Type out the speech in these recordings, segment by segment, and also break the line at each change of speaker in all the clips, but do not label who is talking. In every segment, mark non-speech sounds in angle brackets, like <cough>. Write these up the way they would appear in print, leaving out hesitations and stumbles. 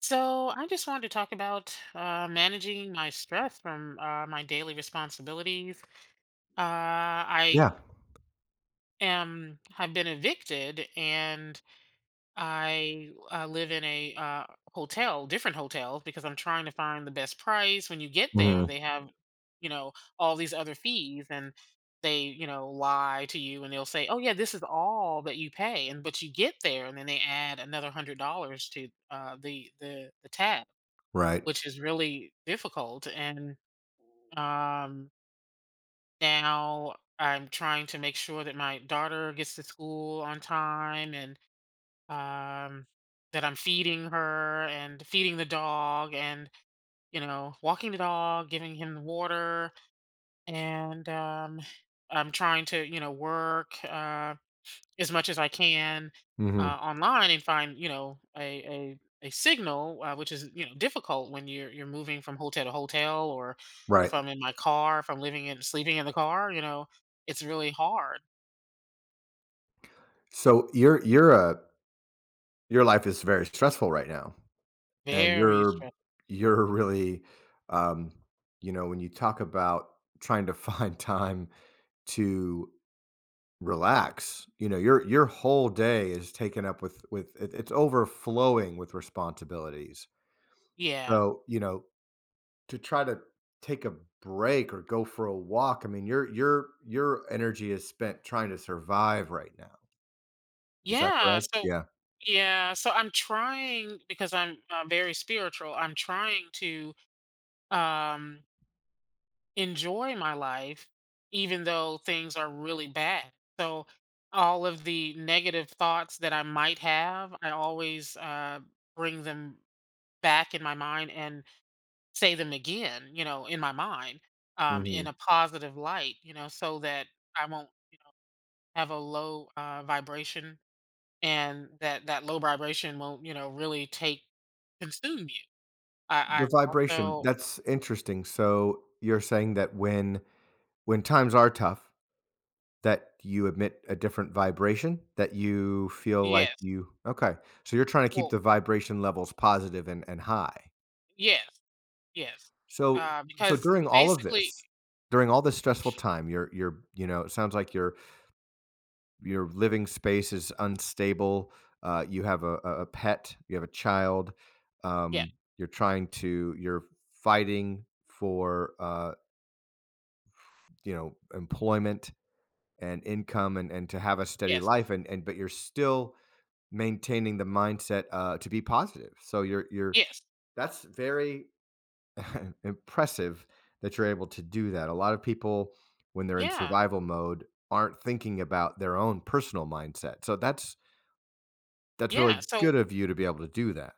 So I just wanted to talk about managing my stress from my daily responsibilities. I
Yeah.
am have been evicted, and I live in a hotel, different hotels, because I'm trying to find the best price. When you get there,
Mhm.
they have, you know, all these other fees, and they lie to you, and they'll say, "Oh yeah, this is all that you pay," and but you get there, and then they add another $100 to the tab,
Right.
which is really difficult. And um, now I'm trying to make sure that my daughter gets to school on time, and um, that I'm feeding her and feeding the dog and walking the dog, giving him the water. And I'm trying to work. As much as I can,
Mhm.
online, and find a signal, which is difficult when you're moving from hotel to hotel, or
Right.
if I'm in my car, if I'm living in sleeping in the car, you know, it's really hard,
So your your life is very stressful right now, and
very
you're
stressful.
you're really, um, you know, when you talk about trying to <laughs> find time to relax. You know, your whole day is taken up with it's overflowing with responsibilities.
Yeah,
So, you know, to try to take a break or go for a walk, I mean, your energy is spent trying to survive right now. Is that
yeah.
correct?
So,
Yeah,
yeah, so I'm trying, because I'm very spiritual. I'm trying to. um enjoy my life, even though things are really bad. So, all of the negative thoughts that I might have, I always bring them back in my mind and say them again in my mind, in a
mhm.
positive light, so that I won't have a low vibration, and that that low vibration won't really take consume you.
The
I
vibration,
also,
that's interesting. So, you're saying that when times are tough, that you emit a different vibration, that you feel like
yes,
you okay. So you're trying to keep
well,
the vibration levels positive and high.
yes, yes.
So so
Because
during all of
basically,
this, during all this stressful time, you're you know, it sounds like you're your living space is unstable. You have a pet, you have a child.
yeah,
You're trying to, you're fighting for, you know, employment and income and to have a steady
yes,
life. And, but you're still maintaining the mindset, to be positive. So
yes,
that's very <laughs> impressive that you're able to do that. A lot of people, when they're in
yeah,
survival mode, aren't thinking about their own personal mindset. So that's really
yeah,
good
so
of you to be able to do that.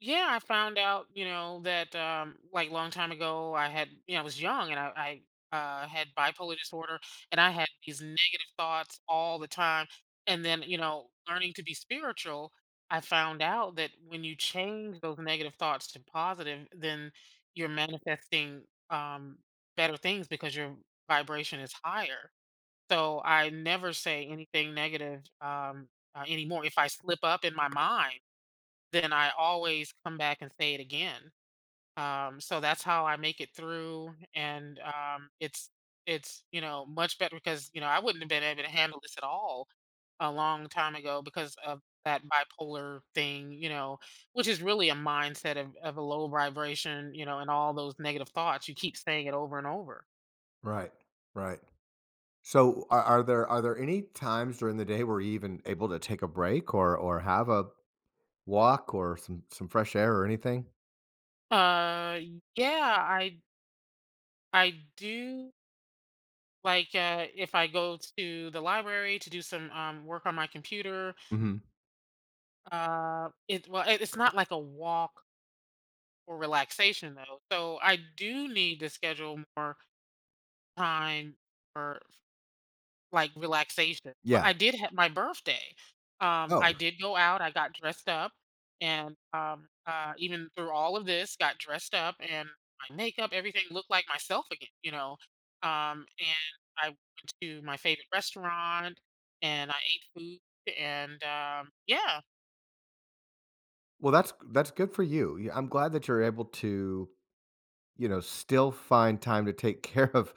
yeah, I found out, that, like, long time ago, I had, I was young, and I had bipolar disorder, and I had these negative thoughts all the time, and then learning to be spiritual, I found out that when you change those negative thoughts to positive, then you're manifesting, um, better things, because your vibration is higher. So I never say anything negative anymore. If I slip up in my mind, then I always come back and say it again. So that's how I make it through, and it's much better, because I wouldn't have been able to handle this at all a long time ago because of that bipolar thing, which is really a mindset of a low vibration, and all those negative thoughts. You keep saying it over and over.
Right. Right. So are there any times during the day where you're even able to take a break or have a walk or some fresh air or anything?
Uh, yeah, I do, like, if I go to the library to do some work on my computer.
Hmm.
It's not like a walk or relaxation though. So I do need to schedule more time for, like, relaxation. Well,
Yeah.
I did have my birthday. I
Oh,
did go out, I got dressed up, and, even through all of this, got dressed up, and my makeup, everything looked like myself again, you know? And I went to my favorite restaurant, and I ate food, and yeah,
well that's good for you. Yeah, I'm glad that you're able to, you know, still find time to take <laughs> care of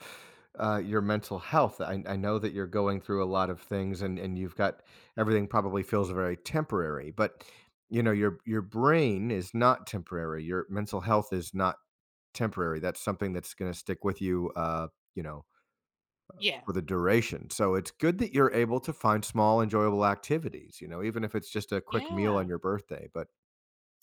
your mental health. I know that you're going through a lot of things, and you've got everything probably feels very temporary, but you know your brain is not temporary. Your mental health is not temporary. That's something that's going to stick with you, you know,
yeah,
for the duration. So it's good that you're able to find small, enjoyable activities. You know, even if it's just a quick meal on
yeah,
your birthday. But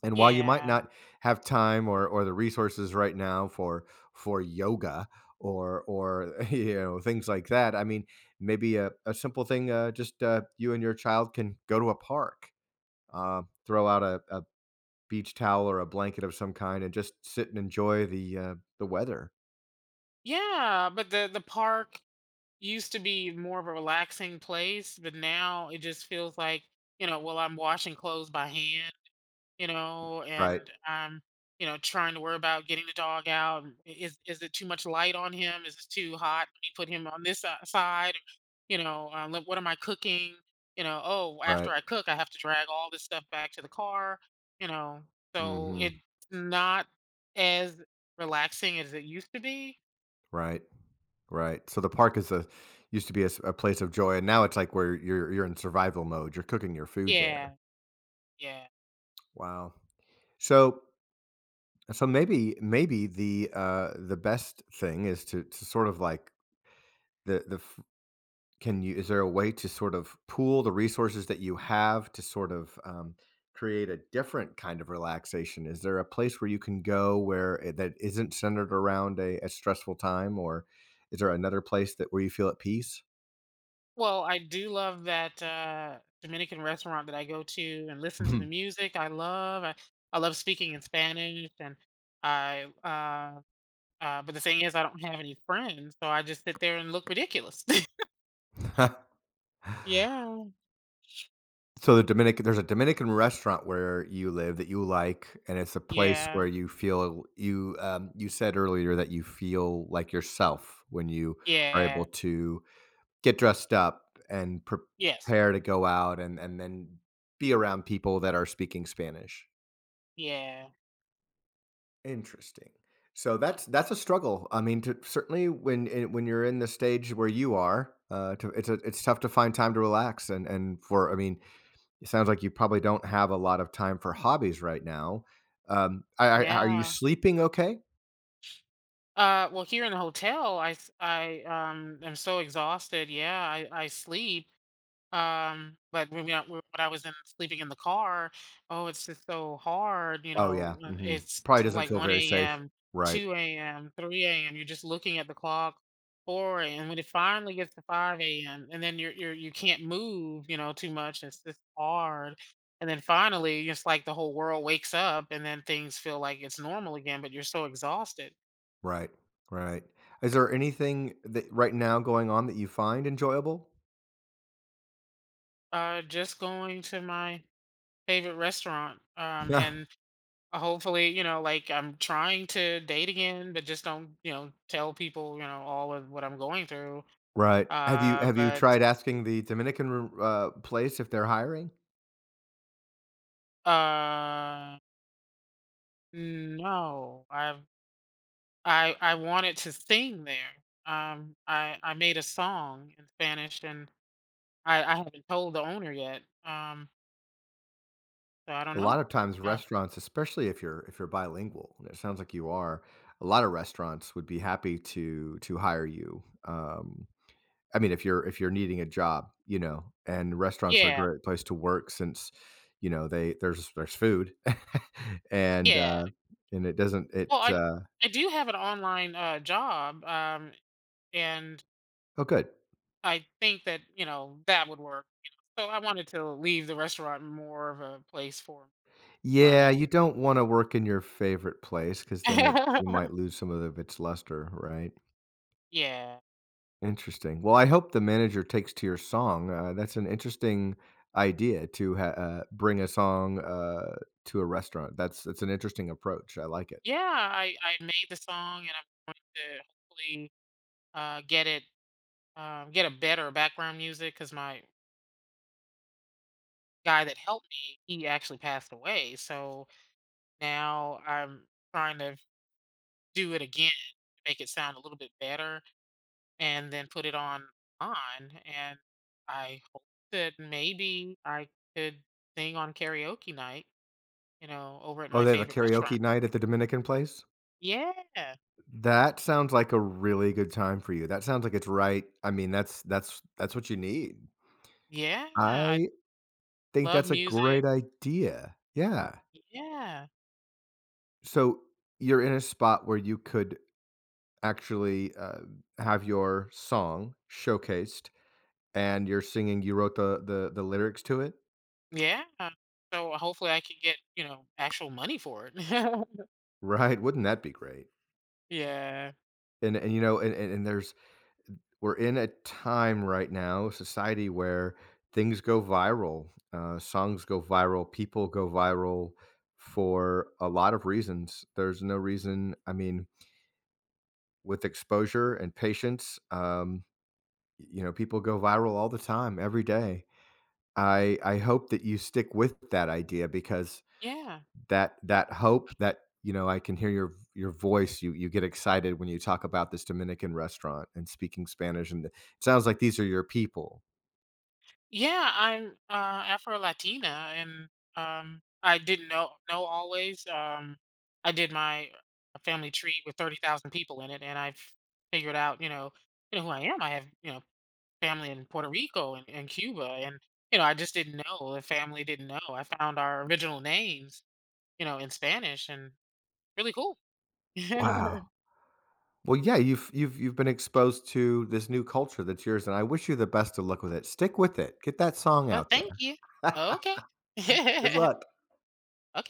and while you might
yeah,
not have time or the resources right now for yoga or <laughs> you know things like that, I mean, maybe a simple thing, just you and your child can go to a park, throw out a beach towel or a blanket of some kind, and just sit and enjoy the weather.
yeah, but the park used to be more of a relaxing place, but now it just feels like, well, I'm washing clothes by hand, and
Right,
I'm, trying to worry about getting the dog out. And I- is it too much light on him? Is it too hot? Let me put him on this side. Look, what am I cooking? Oh, after
right,
I cook, I have to drag all this stuff back to the car. You know, so
hmm,
it's not as relaxing as it used to be.
right, right. So the park is a used to be a place of joy, and now it's like where you're in survival mode. You're cooking your food there.
Yeah, yeah.
Wow. So So maybe maybe the best thing is to sort of like the the f- can you is there a way to sort of pool the resources that you have to sort of, um, create a different kind of relaxation? Is there a place where you can go where it, that isn't centered around a stressful time, or is there another place that where you feel at peace?
Well, I do love that, Dominican restaurant that I go to and listen to the music I love. I love speaking in Spanish, and I, uh but the thing is I don't have any friends, so I just sit there and look ridiculous. <laughs>
<laughs>
Yeah,
So the Dominican, there's a Dominican restaurant where you live that you like, and it's a place
yeah,
where you feel you, um, you said earlier that you feel like yourself when you are able
yeah,
to get dressed up and
yes,
prepare to go out and then be around people that are speaking Spanish.
yeah,
Interesting. So that's a struggle. I mean, to certainly when you're in the stage where you are, to it's a it's tough to find time to relax and for I mean, it sounds like you probably don't have a lot of time for hobbies right now. I are you
yeah.
sleeping okay?
Well, here in the hotel, I am so exhausted. Yeah, I sleep. But when, we, when I was in sleeping in the car. Oh, it's just so hard.
Oh, yeah, mhm.
It's
Probably doesn't
like
feel very
1
safe.
a.m.,
Right,
2 a.m., 3 a.m. You're just looking at the clock, 4 a.m. When it finally gets to 5 a.m., and then you can't move, too much. It's just hard. And then finally, it's like the whole world wakes up, and then things feel like it's normal again. But you're so exhausted.
right, right. Is there anything that right now going on that you find enjoyable?
Just going to my favorite restaurant,
<laughs>
um,
Yeah.
and Uh, hopefully, like, I'm trying to date again, but just don't tell people all of what I'm going through.
Right. Have you
uh
have you
but
tried asking the Dominican place if they're hiring?
uh no, I wanted to sing there. I made a song in Spanish, and I haven't told the owner yet. So I don't
A lot
know.
of times
uh,
restaurants, especially if you're bilingual, and it sounds like you are, a lot of restaurants would be happy to hire you, um, I mean, if you're needing a job, you know, and restaurants are a
yeah,
great place to work since, you know, they there's food <laughs> and,
yeah.
uh, and it doesn't it,
Well, i
uh
i do have an online job. And
oh, good.
I think that would work, so I wanted to leave the restaurant more of a place for fun
Yeah,
at.
you don't wanna work in your favorite place because then it you
<laughs>
might lose some of its luster, right?
Yeah.
Interesting. Well, I hope the manager takes to your song. That's an interesting idea to ha bring a song, to a restaurant. That's an interesting approach. I like it.
Yeah, I made the song, and I'm going to, hopefully, uh, get it, get a better background music, because my guy that helped me, he actually passed away, so now I'm trying to do it again, make it sound a little bit better, and then put it on. And I hope that maybe I could sing on karaoke night, over at
Oh,
my
they have a
favorite restaurant.
karaoke night at the Dominican place?
Yeah.
That sounds like a really good time for you. That sounds like it's right I mean, that's that's what you need.
Yeah. I
I think
love
that's a
music.
great idea. Yeah.
Yeah.
So, you're in a spot where you could actually, have your song showcased, and you're singing you wrote the lyrics to it?
Yeah. So hopefully I can get actual money for it. <laughs>
Right, wouldn't that be great?
Yeah.
And, you know, and there's we're in a time right now, society where things go viral, songs go viral, people go viral for a lot of reasons. There's no reason. I mean, with exposure and patience, y- you know, people go viral all the time, every day. I hope that you stick with that idea because
Yeah.
that hope that you know I can hear your voice. You get excited when you talk about this Dominican restaurant and speaking Spanish, and it sounds like these are your people.
Yeah, I'm Afro Latina, and I didn't know always. I did my family tree with 30,000 people in it, and I've figured out, you know who I am. I have family in Puerto Rico and Cuba, and I just didn't know. The family didn't know. I found our original names, in Spanish, and really cool. <laughs> Oh,
Wow. Well, yeah, you've you've been exposed to this new culture that's yours, and I wish you the best of luck with it. Stick with it. Get that song out
thank
there.
you.
<laughs>
Okay. <laughs>
Good
Okay.
luck.